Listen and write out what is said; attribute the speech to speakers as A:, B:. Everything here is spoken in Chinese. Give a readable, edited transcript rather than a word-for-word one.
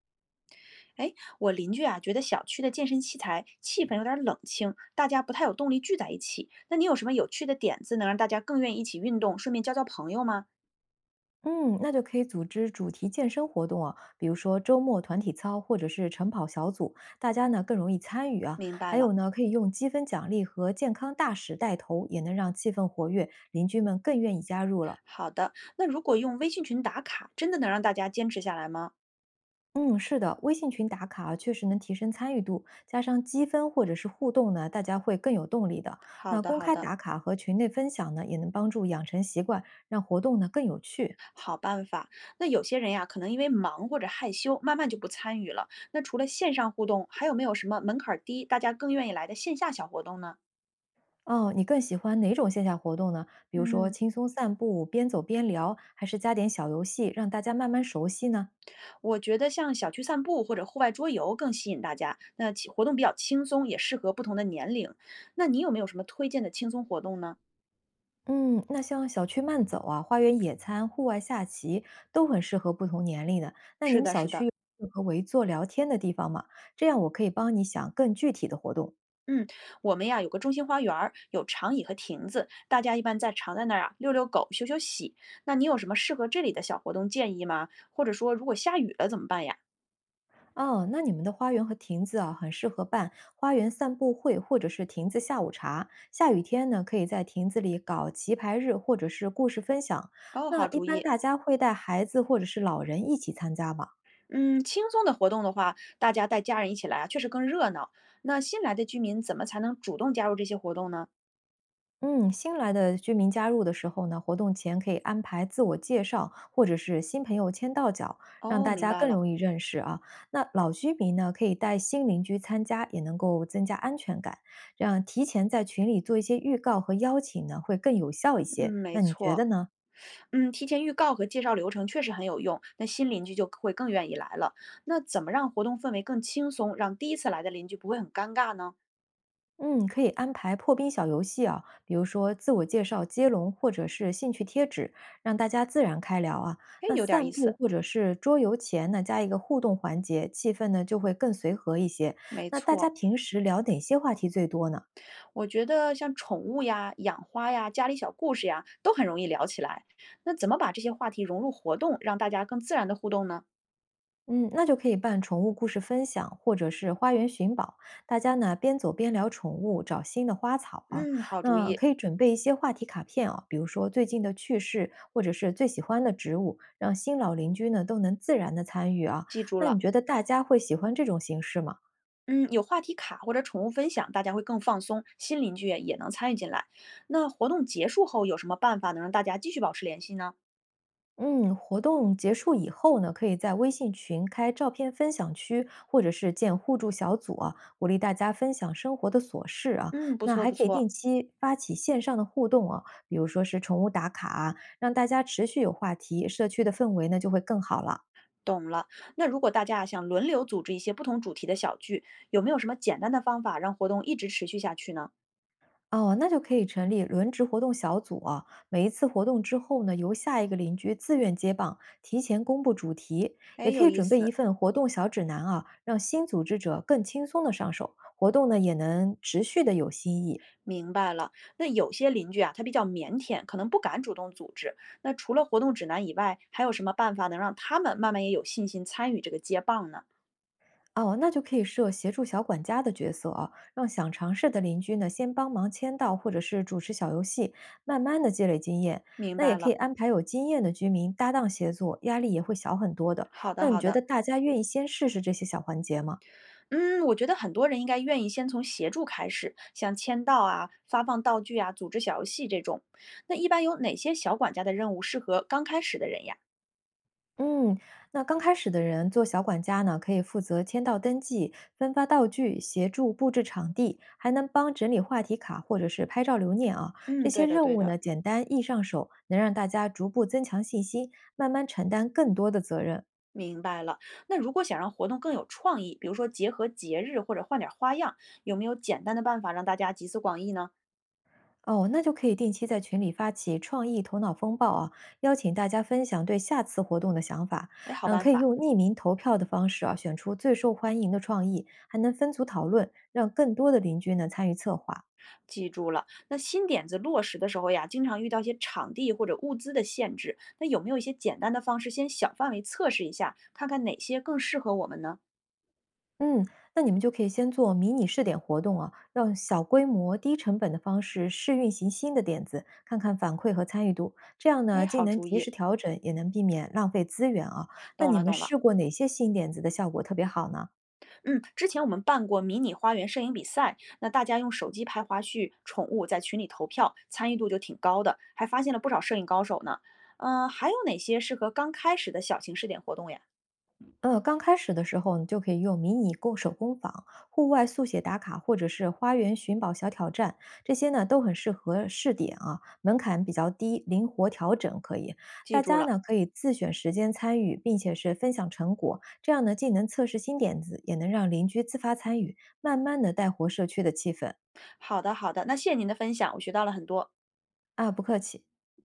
A: 哎，我邻居啊，觉得小区的健身器材气氛有点儿冷清，大家不太有动力聚在一起。那你有什么有趣的点子，能让大家更愿意一起运动，顺便交交朋友吗？
B: 嗯，那就可以组织主题健身活动啊，比如说周末团体操或者是晨跑小组，大家呢更容易参与啊。
A: 明白
B: 还
A: 了，
B: 有呢，可以用积分奖励和健康大使带头，也能让气氛活跃，邻居们更愿意加入了。
A: 好的。那如果用微信群打卡，真的能让大家坚持下来吗？
B: 嗯，是的，微信群打卡啊，确实能提升参与度，加上积分或者是互动呢，大家会更有动力的。
A: 好
B: 那
A: 的，
B: 公
A: 好
B: 开
A: 的，
B: 打卡和群内分享呢，也能帮助养成习惯，让活动呢更有趣。
A: 好办法。那有些人呀，可能因为忙或者害羞，慢慢就不参与了。那除了线上互动，还有没有什么门槛儿低，大家更愿意来的线下小活动呢？
B: 哦，你更喜欢哪种线下活动呢？比如说
A: 嗯，
B: 轻松散步，边走边聊，还是加点小游戏，让大家慢慢熟悉呢？
A: 我觉得像小区散步或者户外桌游更吸引大家，那其活动比较轻松，也适合不同的年龄。那你有没有什么推荐的轻松活动呢？
B: 嗯，那像小区慢走啊、花园野餐、户外下棋，都很适合不同年龄的。那你
A: 是
B: 们
A: 的，是
B: 小区
A: 的，
B: 有和合围坐聊天的地方吗？这样我可以帮你想更具体的活动。
A: 嗯，我们呀有个中心花园儿，有长椅和亭子，大家一般在常在那儿啊遛遛狗、休休息。那你有什么适合这里的小活动建议吗？或者说如果下雨了怎么办呀？
B: 哦，那你们的花园和亭子啊，很适合办花园散步会或者是亭子下午茶。下雨天呢，可以在亭子里搞棋牌日或者是故事分享。
A: 哦，好
B: 那一
A: 主
B: 般
A: 意。
B: 大家会带孩子或者是老人一起参加吗？
A: 嗯，轻松的活动的话，大家带家人一起来啊，确实更热闹。那新来的居民怎么才能主动加入这些活动呢？
B: 嗯，新来的居民加入的时候呢，活动前可以安排自我介绍，或者是新朋友签到角，让
A: 哦，
B: 大
A: 明
B: 家
A: 白
B: 更
A: 了。
B: 容易认识啊。那老居民呢，可以带新邻居参加，也能够增加安全感。这样提前在群里做一些预告和邀请呢，会更有效一
A: 嗯，
B: 些。
A: 没
B: 那你觉
A: 错。
B: 得呢？
A: 嗯，提前预告和介绍流程确实很有用，那新邻居就会更愿意来了。那怎么让活动氛围更轻松，让第一次来的邻居不会很尴尬呢？
B: 嗯，可以安排破冰小游戏啊，比如说自我介绍接龙，或者是兴趣贴纸，让大家自然开聊啊。
A: 哎，
B: 那
A: 有点意
B: 散步
A: 思。
B: 或者是桌游前呢，加一个互动环节，气氛呢就会更随和一些。
A: 没
B: 那大家
A: 错，
B: 平时聊哪些话题最多呢？
A: 我觉得像宠物呀、养花呀、家里小故事呀，都很容易聊起来。那怎么把这些话题融入活动，让大家更自然的互动呢？
B: 嗯，那就可以办宠物故事分享，或者是花园寻宝，大家呢边走边聊宠物，找新的花草啊。
A: 嗯，好主
B: 那
A: 意，
B: 可以准备一些话题卡片啊，比如说最近的趣事，或者是最喜欢的植物，让新老邻居呢都能自然的参与啊。
A: 记住
B: 那你
A: 了。
B: 觉得大家会喜欢这种形式吗？
A: 嗯，有话题卡或者宠物分享，大家会更放松，新邻居也能参与进来。那活动结束后有什么办法能让大家继续保持联系呢？
B: 嗯，活动结束以后呢，可以在微信群开照片分享区，或者是建互助小组啊，鼓励大家分享生活的琐事啊。
A: 嗯，不
B: 那
A: 错
B: 还
A: 不
B: 可以
A: 错，
B: 定期发起线上的互动啊，比如说是宠物打卡啊，让大家持续有话题，社区的氛围呢就会更好了。
A: 懂了。那如果大家啊想轮流组织一些不同主题的小聚，有没有什么简单的方法让活动一直持续下去呢？
B: 哦，那就可以成立轮值活动小组啊。每一次活动之后呢，由下一个邻居自愿接棒，提前公布主题，
A: 哎，
B: 也可
A: 有
B: 以
A: 意
B: 准备一
A: 思。
B: 份活动小指南啊，让新组织者更轻松的上手，活动呢也能持续的有新意。
A: 明白了，那有些邻居啊，他比较腼腆，可能不敢主动组织。那除了活动指南以外，还有什么办法能让他们慢慢也有信心参与这个接棒呢？
B: 哦，那就可以设协助小管家的角色啊，让想尝试的邻居呢先帮忙签到，或者是主持小游戏，慢慢的积累经验。
A: 明
B: 那也
A: 白
B: 可以
A: 了，
B: 安排有经验的居民搭档协作，压力也会小很多的。
A: 好的
B: 那你
A: 好
B: 觉
A: 的。
B: 得大家愿意先试试这些小环节吗？
A: 嗯，我觉得很多人应该愿意先从协助开始，像签到啊、发放道具啊、组织小游戏这种。那一般有哪些小管家的任务适合刚开始的人呀？
B: 嗯，那刚开始的人做小管家呢，可以负责签到登记、分发道具、协助布置场地，还能帮整理话题卡或者是拍照留念啊。这
A: 嗯，对
B: 些
A: 的，
B: 任
A: 对
B: 务
A: 的，
B: 呢，简单易上手，能让大家逐步增强信心，慢慢承担更多的责任。
A: 明白了。那如果想让活动更有创意，比如说结合节日或者换点儿花样，有没有简单的办法让大家集思广益呢？
B: 哦，那就可以定期在群里发起创意头脑风暴啊，邀请大家分享对下次活动的想法。
A: 哎，好
B: 嗯，
A: 办
B: 可以
A: 法，
B: 用匿名投票的方式啊，选出最受欢迎的创意，还能分组讨论，让更多的邻居呢参与策划。
A: 记住了。那新点子落实的时候呀，经常遇到一些场地或者物资的限制，那有没有一些简单的方式，先小范围测试一下，看看哪些更适合我们呢？
B: 嗯，那你们就可以先做迷你试点活动啊，用小规模、低成本的方式试运行新的点子，看看反馈和参与度。这样
A: 哎，
B: 呢，既
A: 好
B: 能
A: 主
B: 及时
A: 意，
B: 调整，也能避免浪费资源啊。那
A: 懂
B: 你
A: 了
B: 们
A: 懂了。
B: 试过哪些新点子的效果特别好呢？
A: 嗯，之前我们办过迷你花园摄影比赛，那大家用手机拍花絮、宠物，在群里投票，参与度就挺高的，还发现了不少摄影高手呢。嗯、还有哪些适合刚开始的小型试点活动呀？
B: 刚开始的时候，你就可以用迷你工手工坊、户外速写打卡，或者是花园寻宝小挑战，这些呢都很适合试点啊，门槛比较低，灵活调整可以。
A: 记
B: 大
A: 住
B: 家
A: 了。
B: 呢可以自选时间参与，并且是分享成果，这样呢既能测试新点子，也能让邻居自发参与，慢慢的带活社区的气氛。
A: 好的好的，那谢谢您的分享，我学到了很多。
B: 啊，不客气。